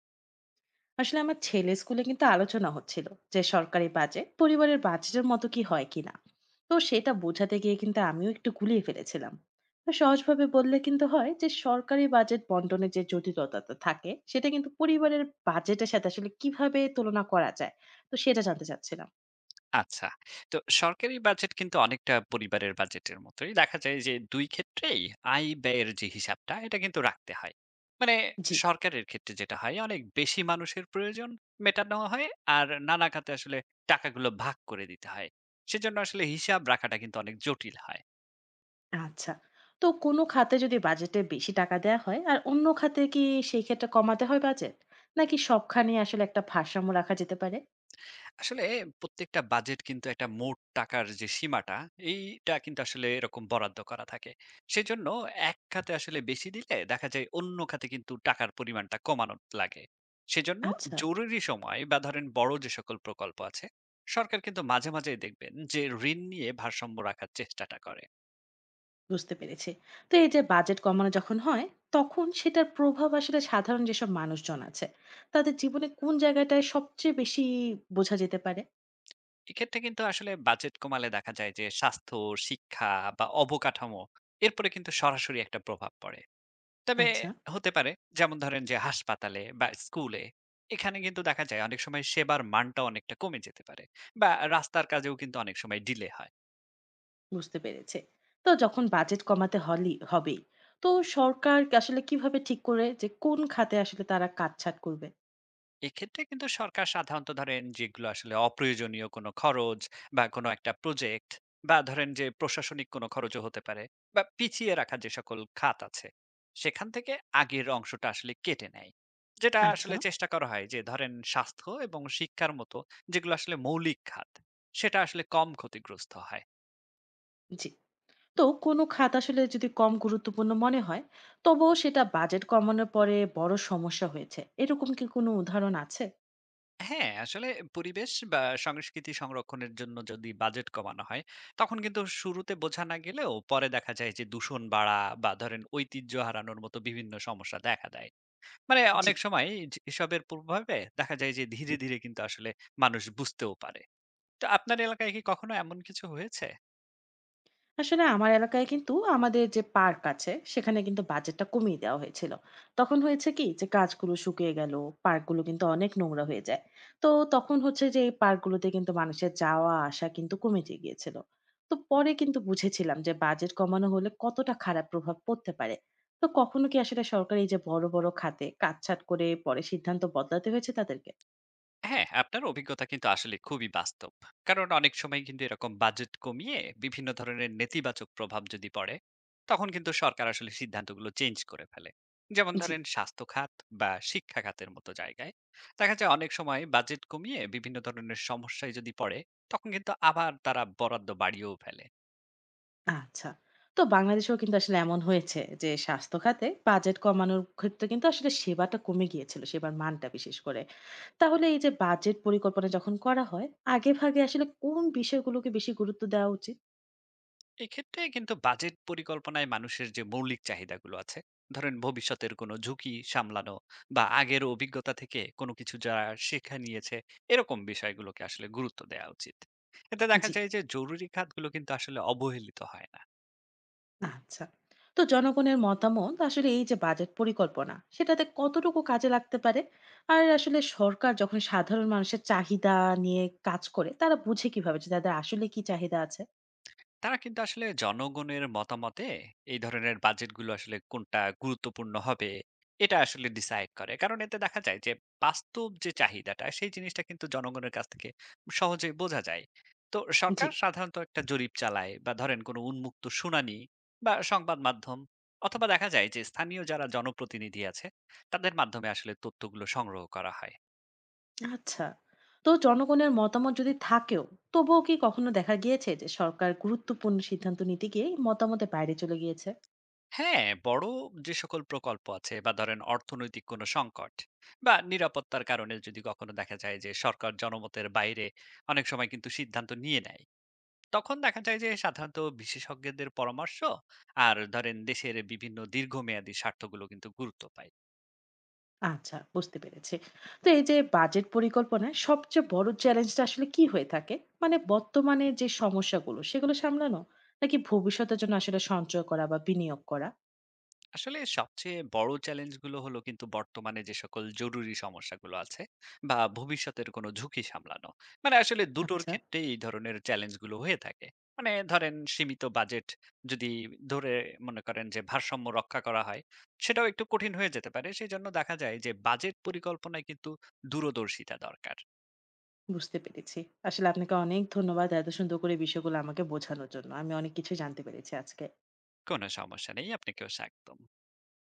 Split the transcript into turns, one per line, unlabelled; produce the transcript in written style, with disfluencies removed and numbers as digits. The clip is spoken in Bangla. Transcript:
আসলে আমার ছেলে স্কুলে কিন্তু আলোচনা হচ্ছিল যে সরকারি বাজেট পরিবারের বাজেটের মতো কি হয় কিনা। তো সেটা বোঝাতে গিয়ে কিন্তু আমিও একটু গুলিয়ে ফেলেছিলাম। তো সহজভাবে বললে কিন্তু হয় যে সরকারি বাজেট বন্টনের যে জটিলতাটা থাকে সেটা কিন্তু পরিবারের বাজেটের সাথে আসলে কিভাবে তুলনা করা যায়, তো সেটা জানতে চাচ্ছিলাম।
আচ্ছা। তো সরকারি বাজেট কিন্তু অনেকটা পরিবারের বাজেটের মতোই। দেখা যায় যে ২ ক্ষেত্রেই আয়-ব্যয়ের যে হিসাবটা এটা কিন্তু রাখতে হয়। মানে
জি।
সরকারের ক্ষেত্রে যেটা হয় অনেক বেশি মানুষের প্রয়োজন মেটানো হয়, আর নানা খাতে আসলে টাকাগুলো ভাগ করে দিতে হয়। সেজন্য আসলে হিসাব রাখাটা কিন্তু অনেক জটিল হয়।
আচ্ছা। তো কোনো খাতে যদি বাজেটে বেশি টাকা দেওয়া হয় আর অন্য খাতে কি সেই ক্ষেত্রে কমাতে হয় বাজেট, নাকি সবখানে আসলে একটা ভারসাম্য রাখা যেতে পারে?
আসলে প্রত্যেকটা বাজেট কিন্তু একটা মোট টাকার যে সীমাটা এইটা কিন্তু আসলে এরকম বরাদ্দ করা থাকে, সেজন্য এক খাতে আসলে বেশি দিলে দেখা যায় অন্য খাতে কিন্তু টাকার পরিমাণটা কমানো লাগে। সেজন্য
আচ্ছা।
জরুরি সময় বা ধরেন বড় যে সকল প্রকল্প আছে, সরকার কিন্তু মাঝে মাঝেই দেখবেন যে ঋণ নিয়ে ভারসাম্য রাখার চেষ্টাটা করে।
বুঝতে পেরেছি। তো এই যে বাজেট কমানো যখন হয় তখন সেটার প্রভাব আসলে সাধারণ যেসব মানুষজন আছে তাদের জীবনে কোন জায়গাটায় সবচেয়ে বেশি বোঝা যেতে পারে?
এক্ষেত্রে কিন্তু আসলে বাজেট কমালে দেখা যায় যে স্বাস্থ্য, শিক্ষা বা অবকাঠামো, এরপরে কিন্তু সরাসরি একটা প্রভাব পড়ে। তবে
আচ্ছা।
হতে পারে। যেমন ধরেন যে হাসপাতালে বা স্কুলে এখানে কিন্তু দেখা যায় অনেক সময় সেবার মানটা অনেকটা কমে যেতে পারে। বা রাস্তার কাজেও কিন্তু অনেক সময় ডিলে হয়।
বুঝতে পেরেছে। তো যখন বাজেট কমাতে হলি হবে, তো সরকার আসলে কিভাবে ঠিক করে যে কোন খাতে আসলে তারা কাটছাঁট করবে?
এক্ষেত্রে কিন্তু সরকার সাধারণত ধরেন যেগুলো আসলে অপ্রয়োজনীয় কোনো খরচ বা কোনো একটা প্রজেক্ট বা ধরেন যে প্রশাসনিক কোনো খরচও হতে পারে, বা পিছিয়ে রাখা যে সকল খাত আছে সেখান থেকে আগের অংশটা আসলে কেটে নেয়। যেটা
আচ্ছা।
আসলে চেষ্টা করা হয় যে ধরেন স্বাস্থ্য এবং শিক্ষার মতো যেগুলো আসলে মৌলিক খাত, সেটা আসলে কম ক্ষতিগ্রস্ত হয়।
জি। তো কোনো খাত আসলে যদি কম গুরুত্বপূর্ণ মনে হয় তবুও সেটা বাজেট কমানোর পরে বড় সমস্যা হয়েছে এরকম কি কোনো উদাহরণ আছে?
হ্যাঁ, আসলে পরিবেশ বা সংস্কৃতি সংরক্ষণের জন্য যদি বাজেট কমানো হয়, তখন কিন্তু শুরুতে বোঝা না গেলেও পরে দেখা যায় যে দূষণ বাড়া বা ধরেন ঐতিহ্য হারানোর মতো বিভিন্ন সমস্যা দেখা দেয়। মানে
জি।
অনেক সময় যে এসবের প্রভাবে দেখা যায় যে ধীরে, ধীরে কিন্তু আসলে মানুষ বুঝতেও পারে। তো আপনার এলাকায় কি কখনো এমন কিছু হয়েছে?
আসলে আমার এলাকায় কিন্তু আমাদের যে পার্ক আছে সেখানে কিন্তু বাজেটটা কমিয়ে দেওয়া হয়েছিল। তখন হয়েছে কি যে গাছগুলো শুকিয়ে গেল, পার্কগুলো কিন্তু অনেক নোংরা হয়ে যায়। তো তখন হচ্ছে যে এই পার্কগুলোতে কিন্তু মানুষের যাওয়া আসা কিন্তু কমে যে গিয়েছিল। তো পরে কিন্তু বুঝেছিলাম যে বাজেট কমানো হলে কতটা খারাপ প্রভাব পড়তে পারে। তো কখনো কি আসলে সরকার এই যে বড় বড় খাতে কাটছাঁট করে পরে সিদ্ধান্ত বদলাতে হয়েছে তাদেরকে?
হ্যাঁ, আপনার অভিজ্ঞতা কিন্তু আসলে খুবই বাস্তব। কারণ অনেক সময় কিন্তু এরকম বাজেট কমিয়ে বিভিন্ন ধরনের নেতিবাচক প্রভাব যদি পড়ে, তখন কিন্তু সরকার আসলে সিদ্ধান্তগুলো চেঞ্জ করে ফেলে। যেমন
জি।
ধরেন স্বাস্থ্য খাত বা শিক্ষা খাতের মতো জায়গায়। দেখা যায় অনেক সময় বাজেট কমিয়ে বিভিন্ন ধরনের সমস্যায় যদি পড়ে, তখন কিন্তু আবার তারা বরাদ্দ বাড়িয়েও ফেলে।
আচ্ছা। তো বাংলাদেশেও কিন্তু আসলে এমন হয়েছে যে স্বাস্থ্য খাতে বাজেট কমানোর ক্ষেত্রে কিন্তু আসলে সেবাটা কমে গিয়েছিল, সেবার মানটা বিশেষ করে। তাহলে এই যে বাজেট পরিকল্পনা যখন করা হয়, আগেভাগে আসলে কোন বিষয়গুলোকে বেশি গুরুত্ব দেওয়া উচিত?
এক্ষেত্রে কিন্তু বাজেট পরিকল্পনায় মানুষের যে মৌলিক চাহিদাগুলো আছে, ধরেন ভবিষ্যতের কোনো ঝুঁকি সামলানো বা আগের অভিজ্ঞতা থেকে কোনো কিছু যারা শেখা নিয়েছে, এরকম বিষয়গুলোকে আসলে গুরুত্ব দেওয়া উচিত। এতে দেখা
জি।
যায় যে জরুরি খাতগুলো কিন্তু আসলে অবহেলিত হয় না।
আচ্ছা। তো জনগণের মতামত আসলে এই যে বাজেট পরিকল্পনা, সেটাতে কতটুকু কাজে লাগতে পারে? আর আসলে সরকার যখন সাধারণ মানুষের চাহিদা নিয়ে কাজ করে, তারা বুঝে কিভাবে যে তাদের আসলে কি চাহিদা আছে?
তারা কিন্তু আসলে জনগণের মতামতে এই ধরনের বাজেটগুলো আসলে কোনটা গুরুত্বপূর্ণ হবে এটা আসলে ডিসাইড করে, কারণ এতে দেখা যায় যে বাস্তব যে চাহিদাটা সেই জিনিসটা কিন্তু জনগণের কাছ থেকে সহজেই বোঝা যায়। তো
জি।
সরকার সাধারণত একটা জরিপ চালায় বা ধরেন কোনো উন্মুক্ত শুনানি বা সংবাদ মাধ্যম, অথবা দেখা যায় যে স্থানীয় যারা জনপ্রতিনিধি আছে তাদের মাধ্যমে আসলে তথ্যগুলো সংগ্রহ করা হয়।
আচ্ছা। তো জনগণের মতামত যদি থাকেও, তবুও কি কখনো দেখা গিয়েছে যে সরকার গুরুত্বপূর্ণ সিদ্ধান্ত নিতে গিয়ে মতামতের বাইরে চলে গিয়েছে?
হ্যাঁ, বড় যে সকল প্রকল্প আছে বা ধরেন অর্থনৈতিক কোনো সংকট বা নিরাপত্তার কারণে যদি কখনো দেখা যায় যে সরকার জনমতের বাইরে অনেক সময় কিন্তু সিদ্ধান্ত নিয়ে নেয়, তখন দেখা যায় যে সাধারণত বিশেষজ্ঞদের পরামর্শ আর ধরেন দেশের বিভিন্ন দীর্ঘমেয়াদী স্বার্থগুলো কিন্তু গুরুত্ব পায়।
আচ্ছা, বুঝতে পেরেছি। তো এই যে বাজেট পরিকল্পনায় সবচেয়ে বড় চ্যালেঞ্জটা আসলে কি হয়ে থাকে? মানে বর্তমানে যে সমস্যাগুলো সেগুলো সামলানো? নাকি ভবিষ্যতের জন্য আসলে সঞ্চয় করা বা বিনিয়োগ করা?
আসলে সবচেয়ে বড় চ্যালেঞ্জগুলো হলো কিন্তু বর্তমানে যে সকল জরুরি সমস্যাগুলো আছে বা ভবিষ্যতের কোনো ঝুঁকি সামলানো, মানে আসলে দুটোর
আচ্ছা,
ক্ষেত্রে এই ধরনের চ্যালেঞ্জগুলো হয়ে থাকে। মানে ধরেন সীমিত বাজেট যদি ধরে মনে করেন যে ভারসাম্য রক্ষা করা হয়, সেটাও একটু কঠিন হয়ে যেতে পারে। সেই জন্য দেখা যায় যে বাজেট পরিকল্পনায় কিন্তু দূরদর্শিতা দরকার।
বুঝতে পেরেছি। আসলে আপনাকে অনেক ধন্যবাদ এত সুন্দর করে বিষয়গুলো আমাকে বোঝানোর জন্য। আমি অনেক কিছু জানতে পেরেছি আজকে।
কোনো সমস্যা নেই, আপনাকেও স্বাগতম।